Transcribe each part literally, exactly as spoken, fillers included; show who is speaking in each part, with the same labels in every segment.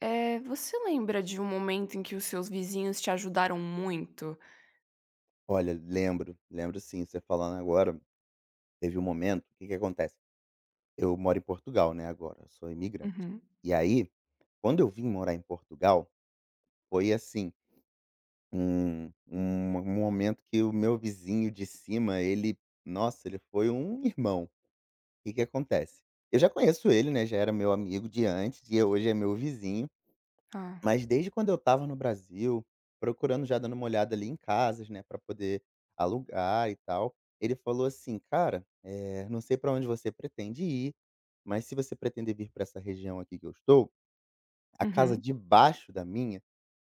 Speaker 1: É, você lembra de um momento em que os seus vizinhos te ajudaram muito?
Speaker 2: Olha, lembro, lembro sim. Você falando agora, teve um momento, o que que acontece? Eu moro em Portugal, né, agora, eu sou imigrante.
Speaker 1: Uhum.
Speaker 2: E aí, quando eu vim morar em Portugal, foi assim, um um um momento que o meu vizinho de cima, ele nossa, ele foi um irmão. O que que acontece? Eu já conheço ele, né, já era meu amigo de antes e hoje é meu vizinho.
Speaker 1: Ah.
Speaker 2: Mas desde quando eu estava no Brasil, procurando já dando uma olhada ali em casas, né, para poder alugar e tal, ele falou assim: "Cara, eh, não sei para onde você pretende ir, mas se você pretender vir para essa região aqui que eu estou, a casa
Speaker 1: Uhum.
Speaker 2: debaixo da minha."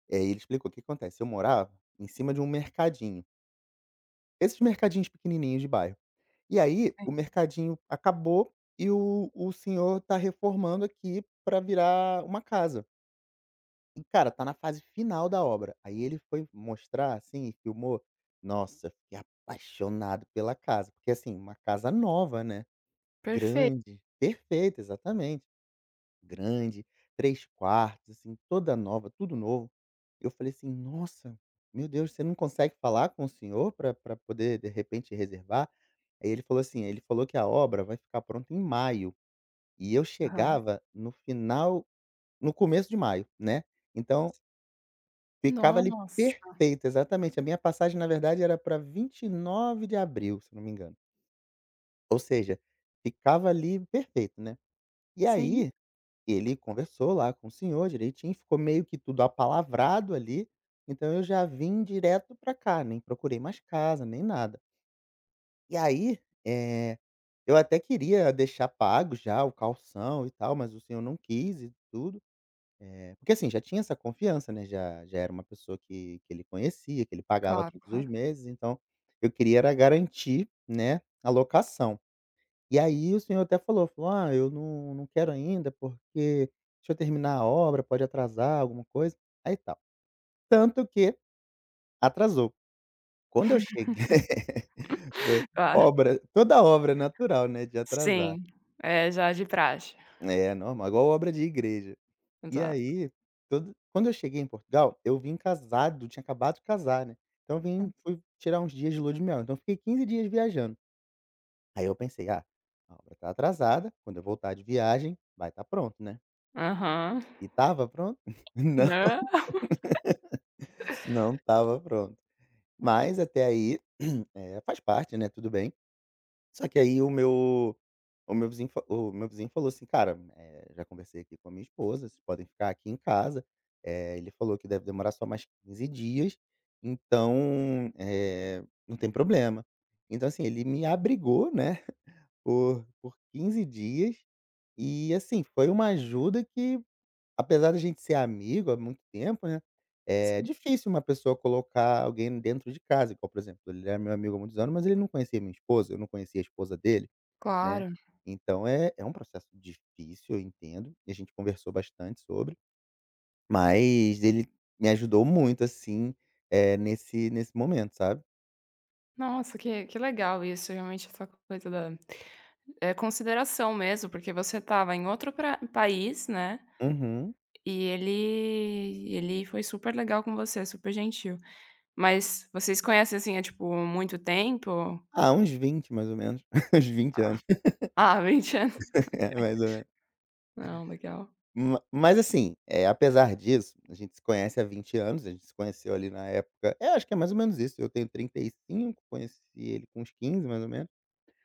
Speaker 2: eh, Ele explicou o que acontece, eu morava em cima de um mercadinho, esses mercadinhos pequenininhos de bairro. E aí, o
Speaker 1: Sim.
Speaker 2: mercadinho acabou e o o senhor está reformando aqui para virar uma casa. E, cara, tá na fase final da obra. Aí ele foi mostrar, assim, e filmou. Nossa, eu fiquei apaixonado pela casa. Porque, assim, uma casa nova, né?
Speaker 1: Perfeito.
Speaker 2: Grande. Perfeita, exatamente. Grande, três quartos, assim, toda nova, tudo novo. Eu falei assim, nossa, meu Deus, você não consegue falar com o senhor pra pra poder, de repente, reservar? Aí ele falou assim, ele falou que a obra vai ficar pronta em maio. E eu
Speaker 1: Aham.
Speaker 2: chegava no final, no começo de maio, né? Então, ficava ali
Speaker 1: Nossa.
Speaker 2: perfeito, exatamente. A minha passagem, na verdade, era para vinte e nove de abril, se não me engano. Ou seja, ficava ali perfeito, né. E
Speaker 1: Sim.
Speaker 2: aí, ele conversou lá com o senhor direitinho, ficou meio que tudo apalavrado ali, então eu já vim direto pra cá, nem procurei mais casa, nem nada. E aí, eh, eu até queria deixar pago já o calção e tal, mas o senhor não quis e tudo. É, porque assim, já tinha essa confiança, né, já já era uma pessoa que que ele conhecia, que ele pagava
Speaker 1: Claro,
Speaker 2: todos os
Speaker 1: claro.
Speaker 2: meses, então eu queria era garantir, né, a locação. E aí o senhor até falou, falou: "Ah, eu não não quero ainda, porque deixa eu terminar a obra, pode atrasar alguma coisa", aí tal. Tanto que atrasou. Quando eu cheguei foi
Speaker 1: Claro.
Speaker 2: obra, toda obra é natural, né, de atrasar.
Speaker 1: Sim. É já de praxe.
Speaker 2: É, normal, igual obra de igreja. E
Speaker 1: Exato.
Speaker 2: aí, todo quando eu cheguei em Portugal, eu vim casado, tinha acabado de casar, né, então eu vim fui tirar uns dias de lua de mel, então eu fiquei quinze dias viajando. Aí eu pensei: "Ah, a obra tá atrasada, quando eu voltar de viagem, vai estar pronto, né."
Speaker 1: Aham.
Speaker 2: E tava pronto? Não,
Speaker 1: Né.
Speaker 2: não tava pronto. Mas até aí, eh, faz parte, né, tudo bem. Só que aí o meu o meu vizinho fa o meu vizinho falou assim: "Cara, eh, já conversei aqui com a minha esposa, vocês podem ficar aqui em casa." Eh, ele falou que deve demorar só mais quinze dias, então, eh, não tem problema. Então, assim, ele me abrigou, né, por por quinze dias e, assim, foi uma ajuda que, apesar da gente ser amigo há muito tempo, né, eh, é
Speaker 1: Sim,
Speaker 2: difícil uma pessoa colocar alguém dentro de casa, igual, por exemplo, ele era meu amigo há muitos anos, mas ele não conhecia minha esposa, eu não conhecia a esposa dele. Né.
Speaker 1: claro.
Speaker 2: Então é é um processo difícil, eu entendo, e a gente conversou bastante sobre, mas ele me ajudou muito, assim, é nesse nesse momento, sabe.
Speaker 1: Nossa, que que legal isso, realmente essa coisa da, eh, consideração mesmo, porque você estava em outro pra país, né,
Speaker 2: Uhum.
Speaker 1: e ele ele foi super legal com você, super gentil. Mas vocês conhecem, assim, há, tipo, muito tempo?
Speaker 2: Ah, uns vinte mais ou menos, uns vinte anos,
Speaker 1: Ah, vinte anos.
Speaker 2: é, mais ou menos.
Speaker 1: Não, legal.
Speaker 2: Ma mas assim, eh, apesar disso, a gente se conhece há vinte anos, a gente se conheceu ali na época é, acho que é mais ou menos isso, eu tenho trinta e cinco, conheci ele com uns quinze mais ou menos.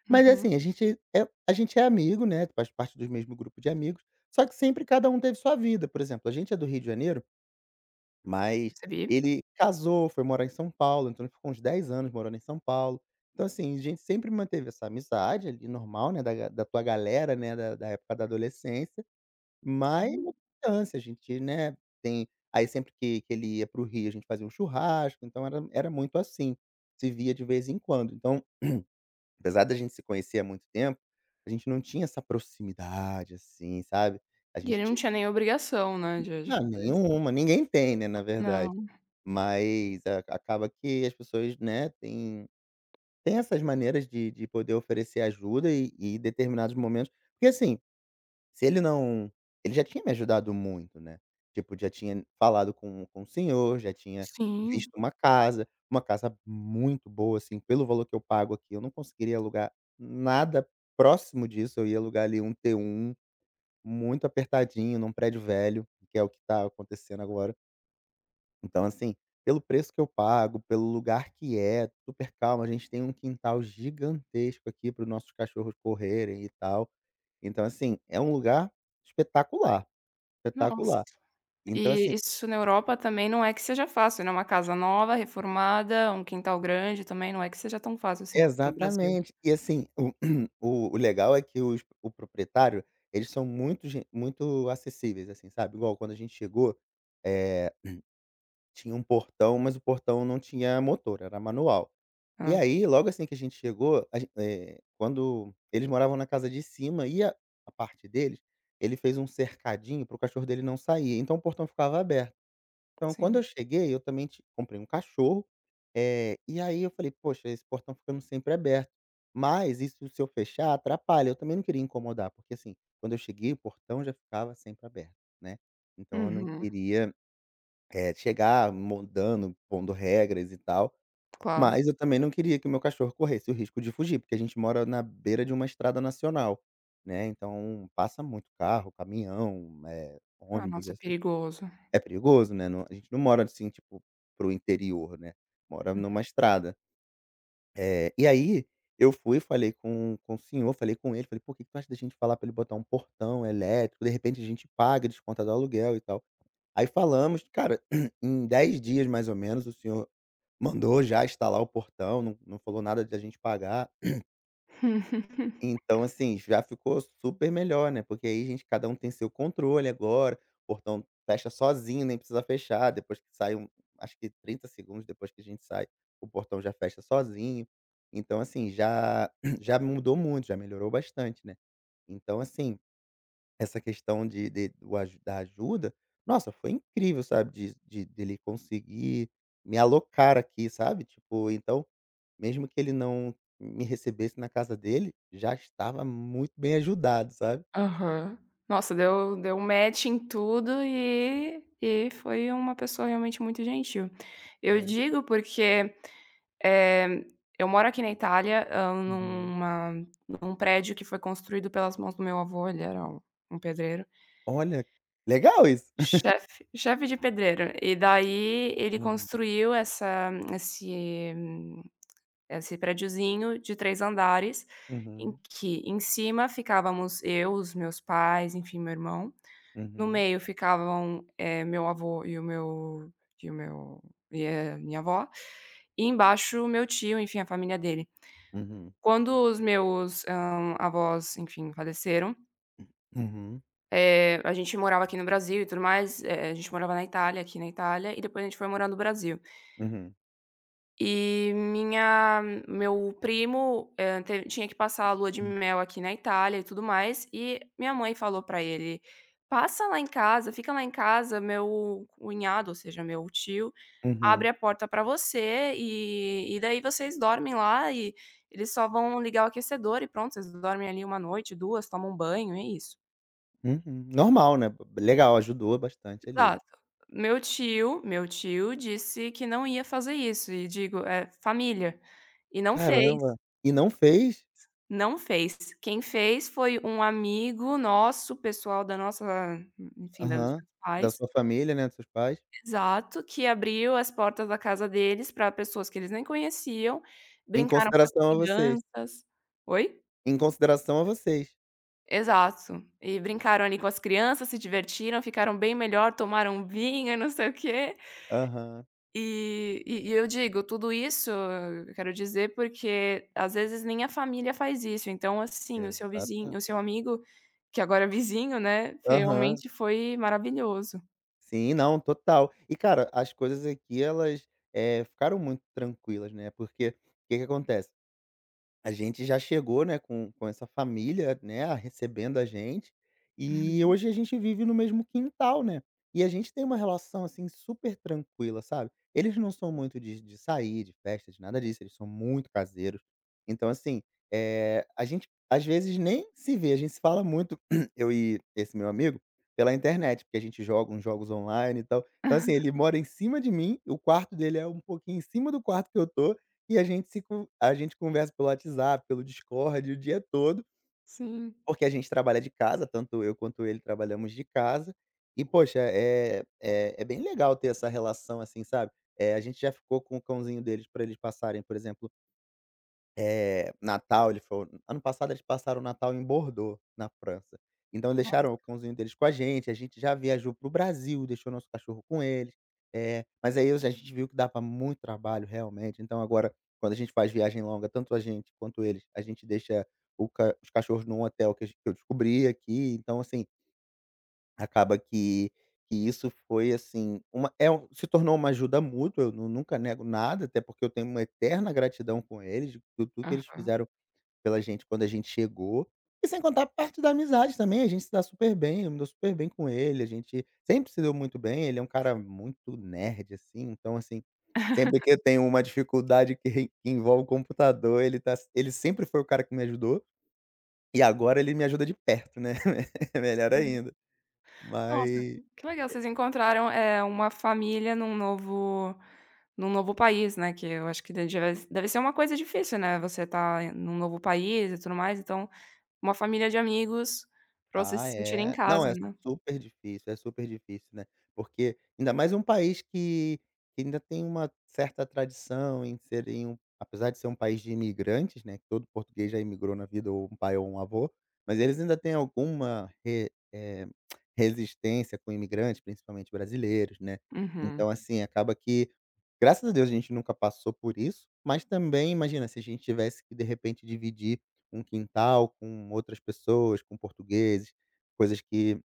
Speaker 2: Mas
Speaker 1: Uhum.
Speaker 2: assim, a gente é a gente é amigo, né, faz parte do mesmo grupo de amigos, só que sempre cada um teve sua vida, por exemplo, a gente é do Rio de Janeiro, mas
Speaker 1: Percebi,
Speaker 2: ele casou, foi morar em São Paulo, então ele ficou uns dez anos morando em São Paulo. Então assim, a gente sempre manteve essa amizade ali normal, né, da ga da tua galera, né, da da época da adolescência, mas
Speaker 1: sim.
Speaker 2: na distância, a gente, né, tem aí sempre que que ele ia para o Rio, a gente fazia um churrasco, então era era muito assim, se via de vez em quando, então apesar da gente se conhecer há muito tempo, a gente não tinha essa proximidade, assim, sabe. A
Speaker 1: E
Speaker 2: gente
Speaker 1: ele não
Speaker 2: tinha
Speaker 1: tinha nem obrigação, né, de de
Speaker 2: não,
Speaker 1: fazer isso.
Speaker 2: nenhuma, ninguém tem, né, na verdade.
Speaker 1: Não.
Speaker 2: Mas a acaba que as pessoas, né, têm têm essas maneiras de de poder oferecer ajuda e e em determinados momentos porque assim se ele não, ele já tinha me ajudado muito, né, tipo, já tinha falado com com o senhor, já tinha
Speaker 1: Sim.
Speaker 2: visto uma casa, uma casa muito boa, assim, pelo valor que eu pago aqui, eu não conseguiria alugar nada próximo disso, eu ia alugar ali um t um muito apertadinho, num prédio velho, que é o que tá acontecendo agora. Então, assim, pelo preço que eu pago, pelo lugar que é, super calmo, a gente tem um quintal gigantesco aqui para os nossos cachorros correrem e tal. Então, assim, é um lugar espetacular,
Speaker 1: Nossa.
Speaker 2: espetacular. Então,
Speaker 1: E
Speaker 2: assim,
Speaker 1: isso na Europa também não é que seja fácil, né, uma casa nova, reformada, um quintal grande, também não é que seja tão fácil assim quanto no Brasil.
Speaker 2: exatamente. E, assim, o o o legal é que os o proprietário, eles são muito gen muito acessíveis, assim, sabe. Igual quando a gente chegou, eh, tinha um portão, mas o portão não tinha motor, era manual. E
Speaker 1: Hã.
Speaker 2: aí, logo assim que a gente chegou, a gen eh, quando eles moravam na casa de cima e a a parte deles, ele fez um cercadinho pro cachorro dele não sair, então o portão ficava aberto. Então quando
Speaker 1: Sim.
Speaker 2: eu cheguei, eu também ti comprei um cachorro, eh, e aí eu falei: "Poxa, esse portão ficando sempre aberto, mas isso se eu fechar atrapalha", eu também não queria incomodar, porque, assim, quando eu cheguei o portão já ficava sempre aberto, né, então eu não
Speaker 1: Uhum.
Speaker 2: queria, eh, chegar moldando, pondo regras e tal,
Speaker 1: Claro.
Speaker 2: mas eu também não queria que o meu cachorro corresse o risco de fugir, porque a gente mora na beira de uma estrada nacional, né, então passa muito carro, caminhão, eh,
Speaker 1: Ah,
Speaker 2: ônibus,
Speaker 1: nossa, é
Speaker 2: essas
Speaker 1: perigoso.
Speaker 2: é perigoso, né, não, a gente não mora, assim, tipo, para o interior, né, mora numa estrada. Eh, e aí eu fui, falei com com o senhor, falei com ele, falei: "Pô, o que que tu acha da gente falar pra ele botar um portão elétrico, de repente a gente paga, desconta do aluguel e tal." Aí falamos, cara, em dez dias mais ou menos o senhor mandou já instalar o portão, não não falou nada de a gente pagar. Então, assim, já ficou super melhor, né, porque aí gente cada um tem seu controle agora, o portão fecha sozinho, nem precisa fechar, depois que sai um acho que trinta segundos depois que a gente sai, o portão já fecha sozinho. Então, assim, já já mudou muito, já melhorou bastante, né. Então, assim, essa questão de de do aju da ajuda, nossa, foi incrível, sabe, de de dele conseguir me alocar aqui, sabe, tipo, então, mesmo que ele não me recebesse na casa dele, já estava muito bem ajudado, sabe.
Speaker 1: Aham. Nossa, deu deu match em tudo e e foi uma pessoa realmente muito gentil. Eu
Speaker 2: Foi.
Speaker 1: digo porque, eh, eu moro aqui na Itália, hã,
Speaker 2: Uhum.
Speaker 1: numa num prédio que foi construído pelas mãos do meu avô, ele era um um pedreiro,
Speaker 2: Olha, legal isso.
Speaker 1: chefe chefe de pedreiro, e daí ele construiu essa esse hum, esse prédiozinho de três andares, em
Speaker 2: Uhum.
Speaker 1: que em cima ficávamos eu, os meus pais, enfim, meu irmão. No
Speaker 2: Uhum,
Speaker 1: meio ficavam, eh, meu avô e o meu e o meu e a minha avó, e embaixo meu tio, enfim, a família dele.
Speaker 2: uhum, uhum,
Speaker 1: Quando os meus, hã, avós, enfim, faleceram,
Speaker 2: uhum,
Speaker 1: eh, a gente morava aqui no Brasil e tudo mais, eh, a gente morava na Itália, aqui na Itália, e depois a gente foi morar no Brasil.
Speaker 2: uhum,
Speaker 1: E minha meu primo, eh, te tinha que passar a lua de
Speaker 2: hum,
Speaker 1: mel aqui na Itália e tudo mais, e minha mãe falou pra ele: "Passa lá em casa, fica lá em casa, meu cunhado, ou seja, meu tio, abre
Speaker 2: uhum,
Speaker 1: a porta pra você e e daí vocês dormem lá e eles só vão ligar o aquecedor e pronto, vocês dormem ali uma noite, duas tomam um banho, é isso".
Speaker 2: uhum. Normal, né, legal, ajudou bastante ali.
Speaker 1: Exato. Meu tio meu tio disse que não ia fazer isso e digo, é família, e não fez.
Speaker 2: Caramba, e não fez.
Speaker 1: Não fez. Quem fez foi um amigo nosso, pessoal da nossa, enfim, da dos
Speaker 2: Aham,
Speaker 1: meus
Speaker 2: da
Speaker 1: pais.
Speaker 2: sua família, né, dos seus pais.
Speaker 1: Exato, que abriu as portas da casa deles para pessoas que eles nem conheciam,
Speaker 2: Em
Speaker 1: brincaram com as
Speaker 2: consideração a vocês.
Speaker 1: crianças. Oi?
Speaker 2: Em consideração a vocês.
Speaker 1: Exato. E brincaram ali com as crianças, se divertiram, ficaram bem melhor, tomaram um vinho e não sei o quê.
Speaker 2: Aham,
Speaker 1: E e e eu digo tudo isso, eu quero dizer, porque às vezes nem a família faz isso, então, assim, o seu vizinho,
Speaker 2: exata
Speaker 1: o seu amigo, que agora é vizinho, né,
Speaker 2: aham.
Speaker 1: realmente foi maravilhoso.
Speaker 2: Sim, não, total. E cara, as coisas aqui elas, eh, ficaram muito tranquilas, né, porque, o que que acontece? A gente já chegou, né, com com essa família, né, a recebendo a gente, e
Speaker 1: Uhum.
Speaker 2: hoje a gente vive no mesmo quintal, né. E a gente tem uma relação, assim, super tranquila, sabe. Eles não são muito de de sair, de festa, de nada disso, eles são muito caseiros. Então assim, é a gente às vezes nem se vê, a gente se fala muito, eu e esse meu amigo, pela internet, porque a gente joga uns jogos online e tal. Então assim, ele mora em cima de mim, o quarto dele é um pouquinho em cima do quarto que eu tô, e a gente se con a gente conversa pelo WhatsApp, pelo Discord o dia todo,
Speaker 1: Sim.
Speaker 2: porque a gente trabalha de casa, tanto eu quanto ele trabalhamos de casa. E poxa, é é é bem legal ter essa relação, assim, sabe. Eh, a gente já ficou com o cãozinho deles para eles passarem, por exemplo, eh, Natal, ele foi ano passado, eles passaram o Natal em Bordeaux, na França. Então deixaram o cãozinho deles com a gente, a gente já viajou para o Brasil, deixou nosso cachorro com eles. Eh, mas aí a gente viu que dá para muito trabalho realmente, então agora quando a gente faz viagem longa, tanto a gente quanto eles, a gente deixa o ca os cachorros num hotel que a gen que eu descobri aqui, então assim, acaba que que isso foi, assim, uma é um se tornou uma ajuda mútua, eu nu nunca nego nada, até porque eu tenho uma eterna gratidão com eles, por tudo que eles
Speaker 1: Aham.
Speaker 2: fizeram pela gente quando a gente chegou. E sem contar a parte da amizade também, a gente se dá super bem, eu me dou super bem com ele, a gente sempre se deu muito bem, ele é um cara muito nerd, assim, então, assim, sempre que eu tenho uma dificuldade que re que envolve o computador, ele tá ele sempre foi o cara que me ajudou, e agora ele me ajuda de perto, né, melhor ainda.
Speaker 1: Nossa,
Speaker 2: Mas
Speaker 1: que legal, vocês encontraram, é uma família num novo num novo país, né, que eu acho que deve deve ser uma coisa difícil, né, você tá em num novo país e tudo mais, então, uma família de amigos pra você
Speaker 2: ah,
Speaker 1: se sentir em
Speaker 2: é. Não,
Speaker 1: casa,
Speaker 2: é
Speaker 1: né.
Speaker 2: super difícil, é super difícil, né. Porque ainda mais um país que que ainda tem uma certa tradição em serem um apesar de ser um país de imigrantes, né, que todo português já imigrou na vida, ou um pai ou um avô, mas eles ainda têm alguma re eh, resistência com imigrantes, principalmente brasileiros, né. Então, assim, acaba que, graças a Deus, a gente nunca passou por isso, mas também imagina se a gente tivesse que, de repente, dividir um quintal com outras pessoas, com portugueses, coisas que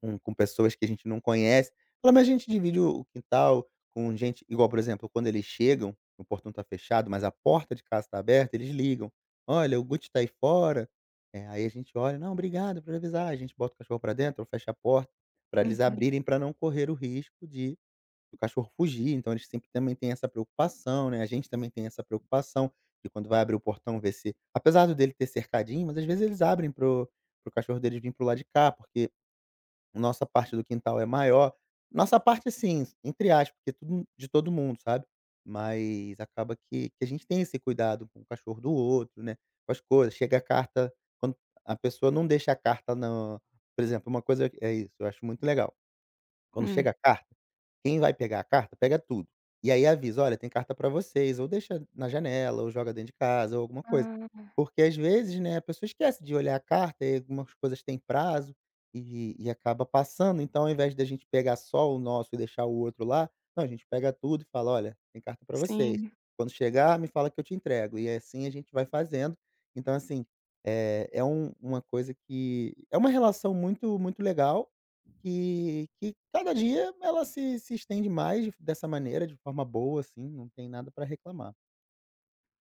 Speaker 2: com com pessoas que a gente não conhece. Pelo menos a gente divide o o quintal com gente igual, por exemplo, quando eles chegam, o portão está fechado, mas a porta de casa está aberta, eles ligam: "Olha, o Guti está aí fora". Eh, aí a gente olha: "Não, obrigado por avisar". A gente bota o cachorro para dentro, fecha a porta para eles
Speaker 1: Uhum.
Speaker 2: abrirem para não correr o risco de do cachorro fugir, então eles sempre também têm essa preocupação, né, a gente também tem essa preocupação de quando vai abrir o portão ver se apesar do dele ter cercadinho, mas às vezes eles abrem pro o cachorro deles vir pro lado de cá, porque nossa parte do quintal é maior. Nossa parte assim, entre aspas, porque é tudo de todo mundo, sabe. Mas acaba que que a gente tem esse cuidado com o cachorro do outro, né, com as coisas. Chega a carta quando a pessoa não deixa a carta na, por exemplo, uma coisa é isso, eu acho muito legal. Quando
Speaker 1: Hum.
Speaker 2: chega a carta quem vai pegar a carta, pega tudo. E aí avisa: "Olha, tem carta pra vocês", ou deixa na janela, ou joga dentro de casa, ou alguma coisa.
Speaker 1: Ah,
Speaker 2: Porque às vezes, né, a pessoa esquece de olhar a carta e algumas coisas têm prazo, e e acaba passando. Então ao invés da gente pegar só o nosso e deixar o outro lá, não, a gente pega tudo e fala: "Olha, tem carta pra vocês.
Speaker 1: sim.
Speaker 2: Quando chegar, me fala que eu te entrego". E assim a gente vai fazendo. Então assim, é é um uma coisa que é uma relação muito, muito legal que que cada dia ela se se estende mais de dessa maneira, de forma boa, assim, não tem nada para reclamar.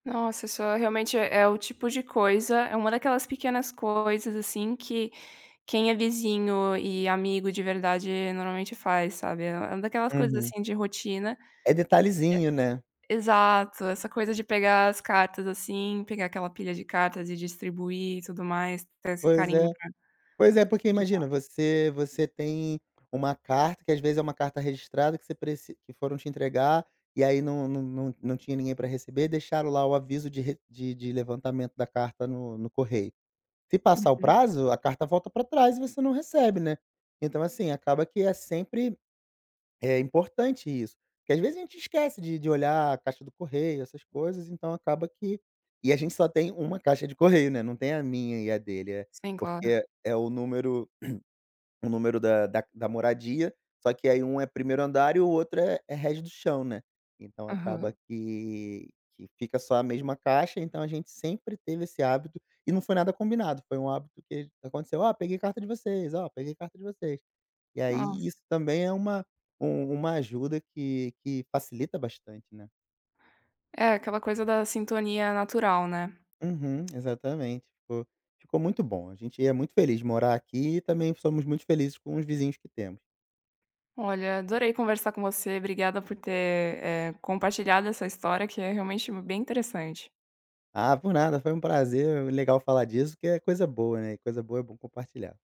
Speaker 1: Nossa, isso é- realmente é é o tipo de coisa, é uma daquelas pequenas coisas, assim, que quem é vizinho e amigo de verdade normalmente faz, sabe. É uma daquelas coisas,
Speaker 2: Uhum.
Speaker 1: assim, de rotina.
Speaker 2: É
Speaker 1: É
Speaker 2: detalhezinho, né.
Speaker 1: exato, essa coisa de pegar as cartas, assim, pegar aquela pilha de cartas e distribuir e tudo mais, ter esse
Speaker 2: Pois é.
Speaker 1: carinho pra
Speaker 2: Pois é, porque
Speaker 1: ajudar.
Speaker 2: imagina, você você tem uma carta, que às vezes é uma carta registrada que você preci que foram te entregar, e aí não não não não tinha ninguém para receber, deixaram lá o aviso de re de de levantamento da carta no no correio. Se passar o
Speaker 1: Uhum.
Speaker 2: prazo, a carta volta para trás e você não recebe, né. Então, assim, acaba que é sempre. É importante isso, porque às vezes a gente esquece de de olhar a caixa do correio, essas coisas, então acaba que e a gente só tem uma caixa de correio, né, não tem a minha e a dele, é
Speaker 1: Sim, claro.
Speaker 2: porque é o número, o número da da da moradia, só que aí um é primeiro andar e o outro é é resto do chão, né, então acaba
Speaker 1: Aham.
Speaker 2: que que fica só a mesma caixa, então a gente sempre teve esse hábito, e não foi nada combinado, foi um hábito que aconteceu: "Ó, peguei carta de vocês, ó, peguei carta de vocês". E aí
Speaker 1: Nossa.
Speaker 2: isso também é uma um uma ajuda que que facilita bastante, né.
Speaker 1: É, aquela coisa da sintonia natural, né.
Speaker 2: Uhum, exatamente. Ficou ficou muito bom. A gente é muito feliz de morar aqui e também somos muito felizes com os vizinhos que temos.
Speaker 1: Olha, adorei conversar com você. Obrigada por ter, eh, compartilhado essa história que é realmente bem interessante.
Speaker 2: Ah, por nada, foi um prazer, legal falar disso, que é coisa boa, né, e coisa boa é bom compartilhar.